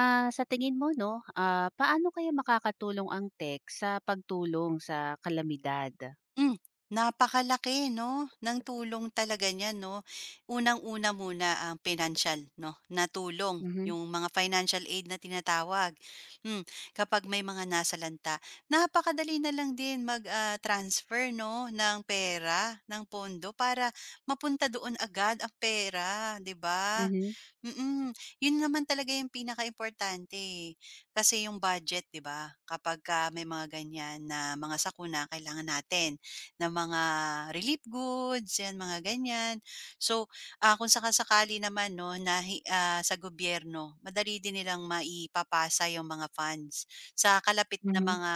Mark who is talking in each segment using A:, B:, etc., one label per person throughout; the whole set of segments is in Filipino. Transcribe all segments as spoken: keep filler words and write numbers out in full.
A: Ah, sa tingin mo 'no, ah, paano kaya makakatulong ang tech sa pagtulong sa kalamidad?
B: Hmm, Napakalaki 'no, ng tulong talaga niyan 'no. Unang-una muna ang financial 'no, na tulong,
A: Mhm,
B: yung mga financial aid na tinatawag. Hmm, Kapag may mga nasalanta, napakadali na lang din mag, ah, transfer 'no, ng pera, ng pondo para mapunta doon agad ang pera, 'di ba?
A: mhm,
B: Mm, yun naman talaga yung pinakaimportante, eh. Kasi yung budget 'di ba, kapagka may mga ganyan na mga sakuna kailangan natin ng mga relief goods, 'yan mga ganyan. So, ah, kung saka naman 'no na hi ah, sa gobyerno, madali din nilang maipapasa yung mga funds sa kalapit na
A: mhm,
B: mga,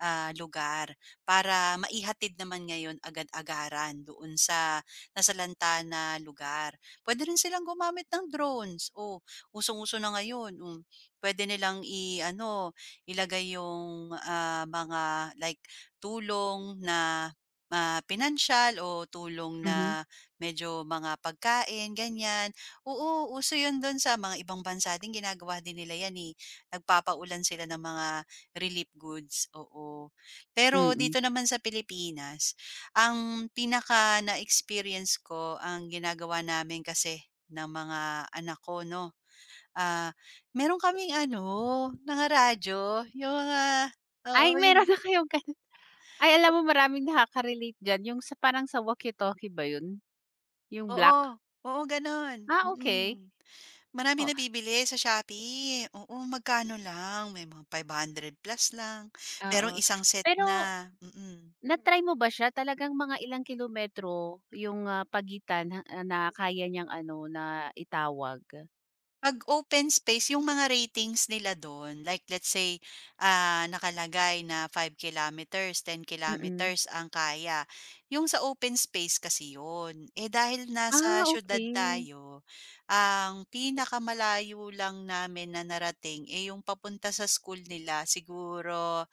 B: ah, lugar para maihatid naman ngayon agad-agaran doon sa nasalanta na lugar. Puwede rin silang gumamit ng drones, oh, usong-uso na ngayon, um, puwede nilang i-ano, ilagay yung, ah, mga like tulong na, ah, pinansyal o tulong
A: mhm,
B: na medyo mga pagkain, ganyan. Oo, uso yun dun sa mga ibang bansa din ginagawa din nila yan, eh, nagpapaulan sila ng mga relief goods, oo. Pero
A: mm.
B: dito naman sa Pilipinas ang pinaka na-experience ko ang ginagawa namin kasi ng mga anak ko 'no, ah, meron kaming ano, mga radyo yung mga oo
A: Ay meron
B: yun
A: na kayong ganun? Ay alam mo maraming nakaka-relate diyan yung sa parang sa walkie-talkie ba yun? Yung
B: oo,
A: black?
B: oo gano'n,
A: Ah, okay.
B: mm. Maraming
A: Oh,
B: nabibili sa Shopee, oo magkano lang, may mga ₱limang daang piso plus lang,
A: oo.
B: merong isang set
A: Pero
B: na, mm.
A: na-try mo ba siya talagang mga ilang kilometro yung, ah, pagitan ha ah, na kaya niyang ano na itawag?
B: 'Pag open space yung mga ratings nila dun, like let's say, ah, nakalagay na five kilometers, ten
A: Mm.
B: kilometers ang kaya. Yung sa open space kasi yun. Eh, dahil nasa
A: Ah,
B: siyudad
A: okay.
B: tayo, ang pinakamalayo lang namin na narating, eh, yung papunta sa school nila siguro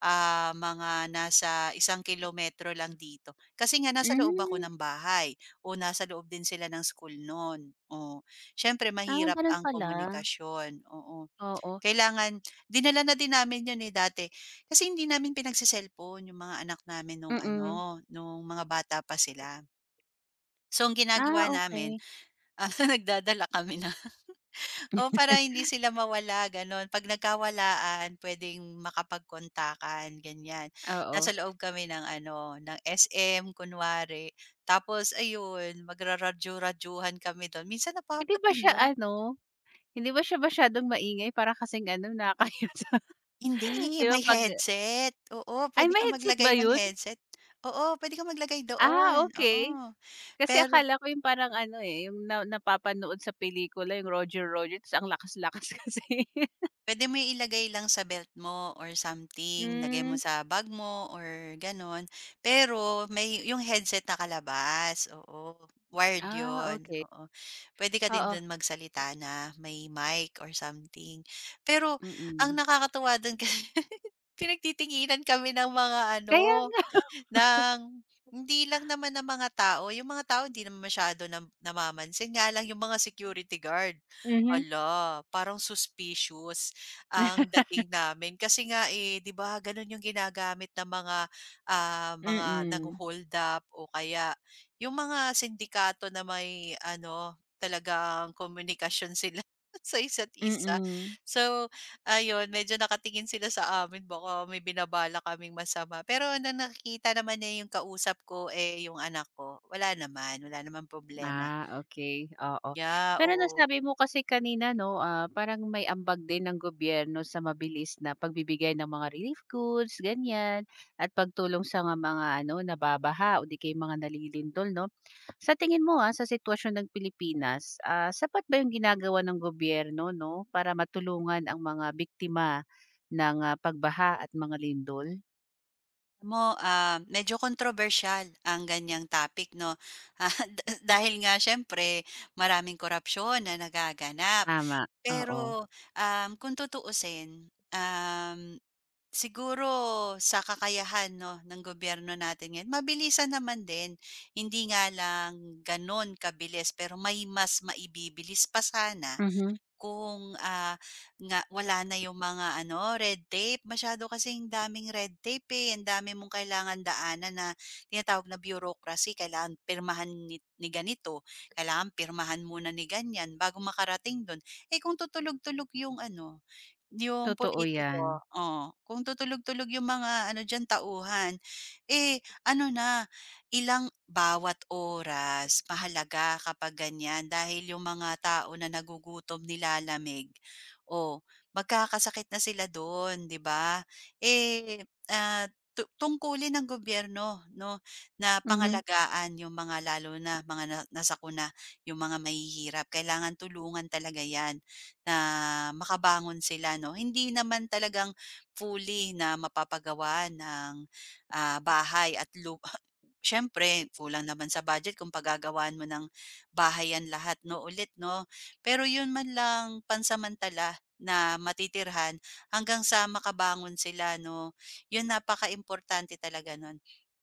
B: Ah, mga nasa isang kilometro lang dito. Kasi nga nasa loob ako
A: Hmm.
B: ng bahay o nasa loob din sila ng school nun, oo. Siyempre
A: Ah,
B: mahirap
A: gano'n
B: ang
A: pala.
B: komunikasyon, oo.
A: Oo,
B: Kailangan dinala na din namin yun, eh, dati. Kasi hindi namin pinagse-cellphone yung mga anak namin nung
A: mm.
B: ano, nung mga bata pa sila. So, ang
A: Ah,
B: ginagawa namin,
A: okey.
B: ah, nagdadala kami ng Oo, para hindi sila mawala gano'n. 'Pag nagkawalaan puwedeng makapagkontakan, ganyan. Nasa
A: Oo.
B: loob kami ng ano, ng S M kunwari, tapos ayun magraradyo-radyuhan kami do'n. Minsan
A: Hindi ba siya
B: napapatingin
A: ano, hindi ba siya masyadong maingay para kasing ano, nakakahiya sa
B: hindi,
A: 'di ba
B: may
A: 'pag
B: headset. Oo,
A: ay
B: pwede
A: may
B: kang
A: headset
B: maglagay
A: ba
B: ng
A: 'yun?
B: headset. Oo, pwede kang maglagay
A: Ah,
B: doon, oo.
A: okey. Kasi
B: Pero
A: akala ko 'yung parang ano, eh, 'yung na napapanood sa pelikula 'yung Roger Roger ta's ang lakas-lakas kasi.
B: puwede mo ilagay lang sa belt mo or something, lagay mo
A: Hmm,
B: sa bag mo or gano'n. Pero may yung headset na kalabas, oo, wired
A: ah,
B: 'yun,
A: okey.
B: oo. Puwede ka din
A: Oo,
B: do'n magsalita na may mic or something. Pero ang
A: mm.
B: nakakatuwa do'n kasi pinagtitinginan kami ng mga
A: Kaya
B: ano
A: nga
B: ng hindi lang naman ng mga tao, yung mga tao hindi naman masyado nam namamansin nga lang yung mga security guard,
A: mhm.
B: ala, parang suspicious ang dating namin. Kasi nga, eh, 'di ba gano'n yung ginagamit ng mga, ah, mga
A: Mm,
B: nangho-hold up o kaya yung mga sindikato na may ano, talagang komunikasyon sila sa isa't isa.
A: mm.
B: So, ayun, medyo nakatingin sila sa amin baka may binabala kaming masama. Pero nang nakikita naman niya yung kausap ko, eh, yung anak ko, wala naman, wala namang problema.
A: Ah, okey, oo.
B: Yeah,
A: Pero
B: oo.
A: nasabi mo kasi kanina 'no, ah, parang may ambag din ng gobyerno sa mabilis na pagbibigay ng mga relief goods, ganyan, at pagtulong sa nga mga ano, nababaha o di kaya mga nalilindol 'no. Sa tingin mo, ah, sa sitwasyon ng Pilipinas, ah, sapat ba yung ginagawa ng gobyerno 'no, para matulungan ang mga biktima ng, ah, pagbaha at mga lindol?
B: Alam mo, ah, medyo kontrobersyal ang ganyang topic, no? Ah, d- dahil nga, syempre, maraming korupsyon na nagaganap.
A: Tama, oo.
B: Pero, um, kung tutuusin, um, siguro sa kakayahan 'no, ng gobyerno natin ngayon, mabilisan naman din. Hindi nga lang gano'n kabilis pero may mas maibibilis pa sana
A: Mhm,
B: kung, ah, nga wala na yung mga ano, red tape. Masyado kasing daming red tape, eh, ang dami mong kailangan daanan na tinatawag na bureaucracy. Kailangan pirmahan ni ni ganito, kailangan pirmahan muna ni ganiyan bago makarating do'n. Eh, kung tutulog-tulog yung ano yung
A: totoo yan.
B: politiko, oh, kung tutulog-tulog yung mga ano diyan, tauhan, eh, ano na, ilang bawat oras mahalaga kapag ganyan dahil yung mga tao na nagugutom, nilalamig, oh, magkakasakit na sila do'n, 'di ba? Eh, ah, tu tungkulin ng gobyerno 'no, na
A: Mhm,
B: pangalagaan yung mga lalo na mga na nasakuna, yung mga mahihirap. Kailangan tulungan talaga 'yan na makabangon sila 'no. Hindi naman talagang fully na mapapagawa ng, ah, bahay at lu siyempre kulang naman sa budget kung pagagawaan mo ng bahay yan lahat 'no ulit 'no. Pero yun man lang pansamantala na matitirhan hanggang sa makabangon sila 'no. Yun importante talaga nun.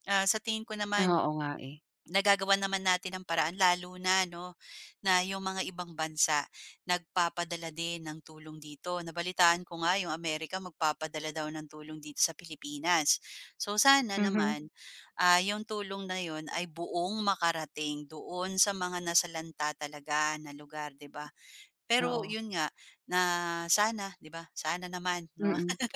B: Ah, sa tingin ko naman,
A: oo nga eh.
B: nagagawa naman natin ng paraan lalo na 'no, na yung mga ibang bansa. Nagpapadala din ng tulong dito. Nabalitaan ko nga yung Amerika magpapadala daw ng tulong dito sa Pilipinas. So sana
A: Mhm.
B: naman, ah, yung tulong na yun ay buong makarating doon sa mga nasalanta talaga na lugar, 'di ba? Pero
A: Oo,
B: yun nga, na sana, 'di ba? Sana naman, 'no?
A: mm.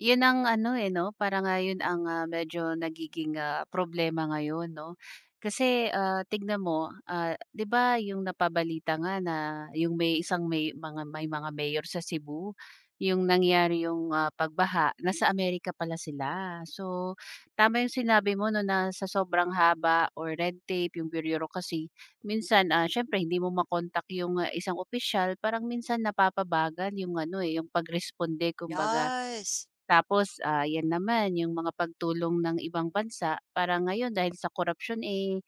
A: Yun ang ano, eh, 'no, para nga yun ang, ah, medyo nagiging, ah, problema ngayon, 'no? Kasi, ah, tignan mo, ah, 'di ba yung napabalita nga na yung may isang may mga may mga mayor sa Cebu, yung nangyari yung, ah, pagbaha, nasa Amerika pala sila. So, tama yung sinabi mo 'no, na sa sobrang haba or red tape, yung bureaucracy, minsan, ah, siyempre hindi mo makontak yung, ah, isang opisyal, parang minsan napapabagal yung ano, eh, yung pagresponde kumbaga.
B: Yes.
A: Tapos, ah, 'yan naman yung mga pagtulong ng ibang bansa parang ngayon dahil sa korupsyon eh,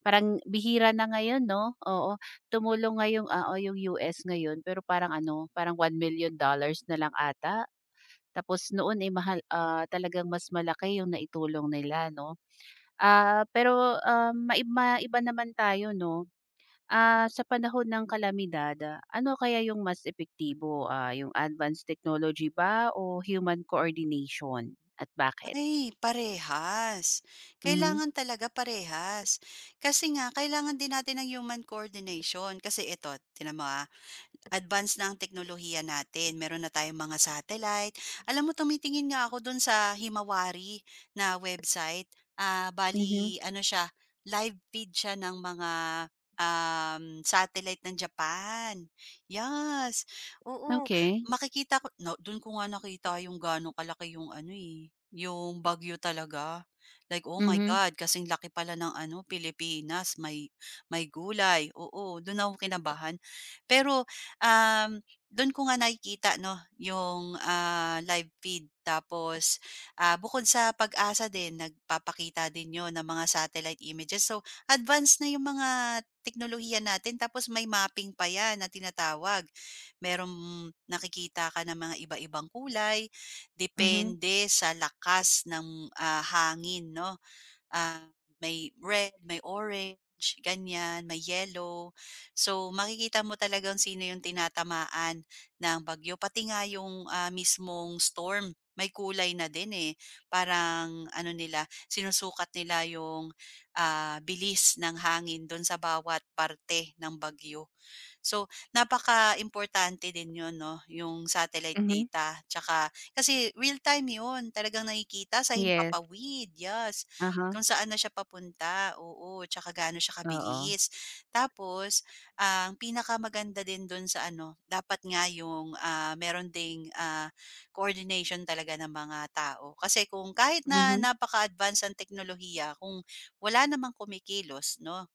A: parang bihira na ngayon 'no, oo. Tumulong nga ah, o yung U S ngayon pero parang ano, parang one million dollars na lang ata. Tapos noon, eh, mahal ah, talagang mas malaki yung naitulong nila 'no. Ah, pero, um, mai maiba iba naman tayo 'no. Ah, sa panahon ng kalamidad, ah, ano kaya yung mas epektibo, ah, yung advanced technology ba o human coordination at bakit?
B: Ay, parehas.
A: Mhm,
B: Kailangan talaga parehas. Kasi nga kailangan din natin ng human coordination. Kasi ito, tingnan mo, ah. Advance na ang teknolohiya natin, meron na tayong mga satellite. Alam mo tumitingin nga ako dun sa Himawari na website, ah,
A: mhm,
B: bali ano siya, live feed siya ng mga, um, satellite ng Japan. Yes, oo,
A: okey.
B: makikita ko no dun ko nga nakita yung ganong kalaki yung ano, eh, yung bagyo talaga. Like, oh my
A: Mhm,
B: God, kasing laki pala ng ano, Pilipinas, may may gulay, oo, dun ako kinabahan. Pero um, do'n ko nga nakikita 'no, yung, ah, live feed tapos, ah, bukod sa PAG-ASA din nagpapakita din yun ng mga satellite images. So, advanced na yung mga teknolohiya natin tapos may mapping pa yan na tinatawag. Merong nakikita ka ng mga iba-ibang kulay,
A: mhm,
B: depende sa lakas ng, ah, hangin 'no ah, may red, may orange, ganyan, may yellow. So makikita mo talagang sino yung tinatamaan ng bagyo, pati nga yung, ah, mismong storm may kulay na din, eh. Parang ano nila, sinusukat nila yung, ah, bilis ng hangin dun sa bawat parte ng bagyo. So, napaka importante din 'yun 'no, yung satellite
A: mhm,
B: data tsaka kasi real time 'yun, talagang nakikita sa
A: yes,
B: himpapawid, yes,
A: uh-huh,
B: kung saan na siya papunta, oo, tsaka gaano siya
A: oo,
B: kabilis. Tapos ang pinakamaganda din dun sa ano, dapat nga yung, ah, meron ding, ah, coordination talaga ng mga tao. Kasi kung kahit na
A: mhm,
B: napaka advanced ang teknolohiya kung wala namang kumikilos 'no,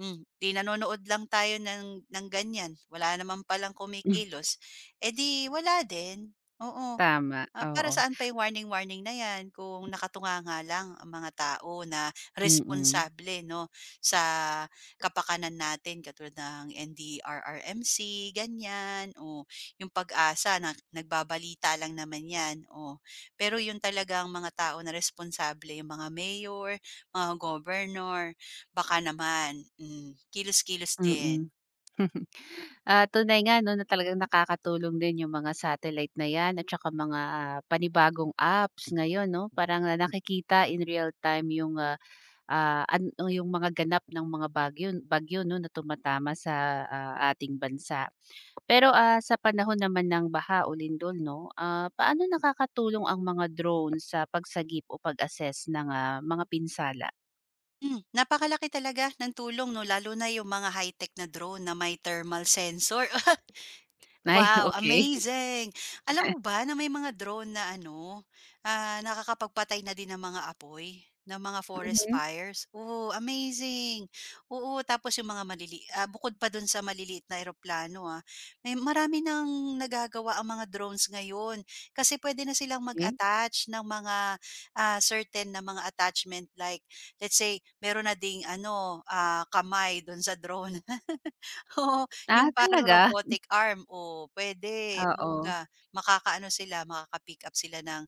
B: Hmm, 'di nanonood lang tayo ng ng ganyan, wala naman palang kumikilos, eh, 'di wala din, oo.
A: tama,
B: Ah, para
A: oo,
B: saan pa yung warning-warning na 'yan kung nakatunganga lang ang mga tao na
A: mm,
B: responsable 'no, sa kapakanan natin katulad ng N D R R M C ganyan, o yung PAG-ASA na nagbabalita lang naman 'yan, oh. Pero yung talagang mga tao na responsable, yung mga mayor, mga governor. Baka naman, hmm, kilos-kilos
A: mm.
B: din.
A: Ah, tunay nga 'no, na talagang nakakatulong din yung mga satellite na 'yan at saka mga ah, panibagong apps ngayon 'no, parang ah, nakikita in real time yung, ah Ah, ano yung mga ganap ng mga bagyo bagyo 'no na tumatama sa, ah, ating bansa. Pero, ah, sa panahon naman ng baha o lindol 'no, ah, paano nakakatulong ang mga drone sa pagsagip o pag-assess ng, ah, mga pinsala?
B: Hmm, napakalaki talaga ng tulong 'no, lalo na yung mga high-tech na drone na may thermal sensor.
A: Ay
B: Wow,
A: okay.
B: amazing! Alam mo ba na may mga drone na ano, ah, nakakapagpatay na din ng mga apoy, ng mga forest
A: Mhm,
B: fires? Oo, amazing! Oo, tapos yung mga malili ah, bukod pa dun sa maliliit na eroplano, ah, may marami ng nagagawa ang mga drones ngayon. Kasi pwede na silang
A: okey.
B: mag-attach ng mga, ah, certain na mga attachment like let's say meron na ding ano, ah, kamay dun sa drone. Oo,
A: Ah,
B: yung parang
A: talaga?
B: robotic arm, oh, pwede
A: Oo,
B: bongga. Makakaano sila, makaka-pick up sila ng,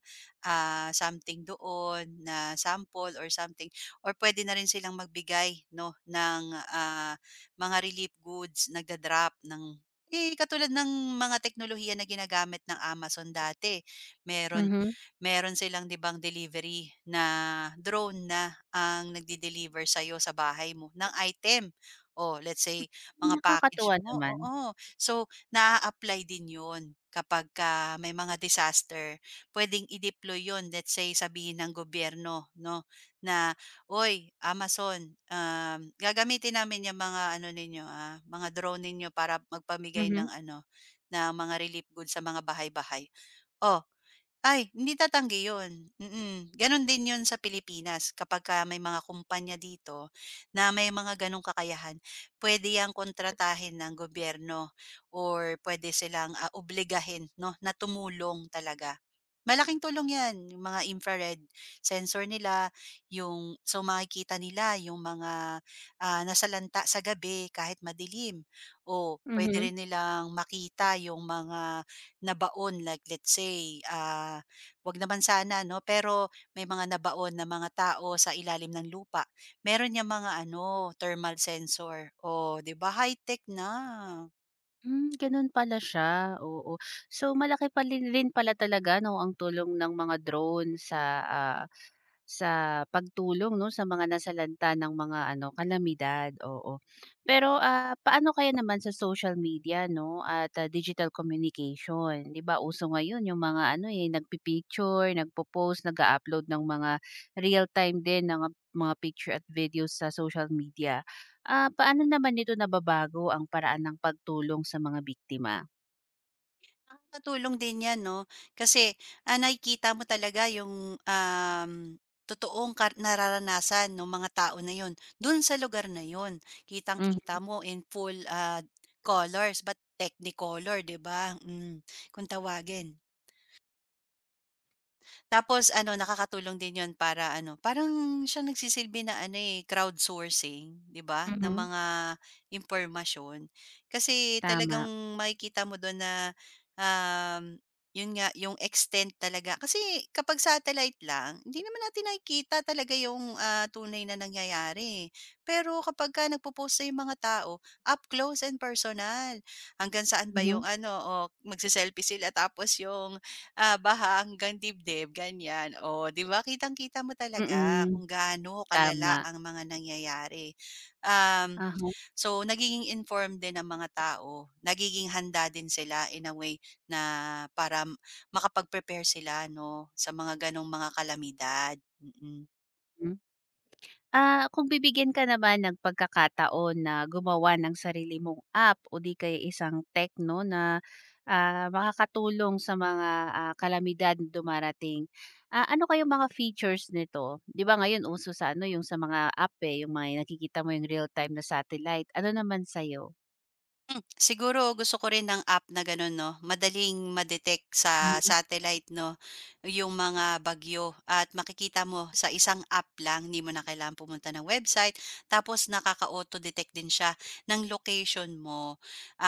B: ah, something doon na sample or something or pwede na rin silang magbigay 'no ng, ah, mga relief goods, nagda-drop ng eh, katulad ng mga teknolohiya na ginagamit ng Amazon dati. Meron
A: mhm.
B: meron silang 'di bang delivery na drone na ang nagde-deliver sa'yo sa bahay mo ng item. Oh, let's say mga package
A: Nakakatuwa
B: mo,
A: naman.
B: oo. So, naa-apply din 'yun kapagka may mga disaster. Puwedeng i-deploy yon let's say sabihin ng gobyerno 'no, na, oy Amazon, um, gagamitin namin 'yang mga ano ninyo, ah, mga drone ninyo para magpamigay ng
A: Mhm,
B: ano, ng mga relief goods sa mga bahay-bahay." Oh ay, hindi tatanggi yun, mm. Ganun din yun sa Pilipinas kapag ka may mga kumpanya dito na may mga ganong kakayahan, pwede yang kontratahin ng gobyerno or pwede silang, ah, obligahin 'no, na tumulong talaga. Malaking tulong yan, yung mga infrared sensor nila, yung so makikita nila yung mga, ah, nasalanta sa gabi kahit madilim o puwede
A: mhm.
B: rin nilang makita yung mga na baon like let's say, ah, 'wag naman sana 'no, pero may mga nabaon na mga tao sa ilalim ng lupa. Meron yung mga ano, thermal sensor. O 'di ba high-tech na.
A: Hmm, gano'n pala siya, oo. So malaki pa li rin pala talaga 'no ang tulong ng mga drone sa, ah Sa pagtulong 'no, sa mga nasalanta ng mga ano, kalamidad, oo. Pero, ah, paano kaya naman sa social media 'no, at, ah, digital communication? 'Di ba uso ngayon yung mga ano, eh, nagpi-picture, nagpo-post, upload ng mga real-time din ng mga picture at videos sa social media. Ah, paano naman nito nababago ang paraan ng pagtulong sa mga biktima?
B: Nakakatulong din 'yan 'no, kasi, ah, nakikita mo talaga yung, um, totoong ka nararanasan nung mga tao na yun, dun sa lugar na yun.
A: Mhm,
B: Kitang-kita mo in full, ah, colors, but technicolor 'di ba? Hmm, kung tawagin. Tapos ano, nakakatulong din yon para ano, parang siya nagsisilbi na ano, eh, crowdsourcing, 'di ba, ng
A: mhm,
B: mga impormasyon. Kasi talagang
A: tama.
B: makikita mo do'n na, um, 'yun nga, yung extent talaga kasi kapag satellite lang, hindi naman natin nakikita talaga yung, ah, tunay na nangyayari, eh. Pero kapagka nagpo-post na yung mga tao, up close and personal, hanggang saan ba yung
A: Mhm,
B: ano, o magse sila tapos yung Ah, baha hanggang dibdib ganyan, o 'di ba kitang-kita mo talaga
A: mm,
B: kung gaano kalala
A: tama.
B: ang mga nangyayari. Um,
A: uh
B: so nagiging informed din ang mga tao, nagiging handa din sila in a way na para m- makapag-prepare sila 'no, sa mga gano'ng mga kalamidad, mm. Mm.
A: Ah, kung bibigyan ka naman ng pagkakataon na gumawa ng sarili mong app o di kaya isang tech 'no, na, ah, makakatulong sa mga, ah, kalamidad na dumarating, ah, ano kayang mga features nito? 'Di ba ngayon uso sa ano yung sa mga app, eh, yung may nakikita mo yung real-time na satellite. Ano naman sa'yo?
B: Hmm, siguro gusto ko rin ng app na gano'n 'no, madaling madetect sa
A: Mhm.
B: satellite 'no, yung mga bagyo at makikita mo sa isang app lang, hindi mo na kailangan pumunta ng website. Tapos nakaka-auto-detect din siya ng location mo.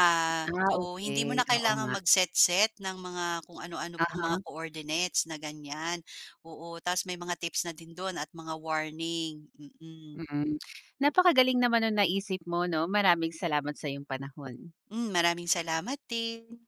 B: Ah,
A: Ah,
B: so hindi mo
A: okay.
B: na
A: Oo
B: kailangang
A: nga.
B: mag-set-set ng mga kung ano-ano pang
A: Aha,
B: mga coordinates na ganyan, oo. Tapos may mga tips na din do'n at mga warning, mm-mm. Mm.
A: mm. Napakagaling naman nung naisip mo 'no, maraming salamat sa iyong panahon.
B: Hmm, maraming salamat din.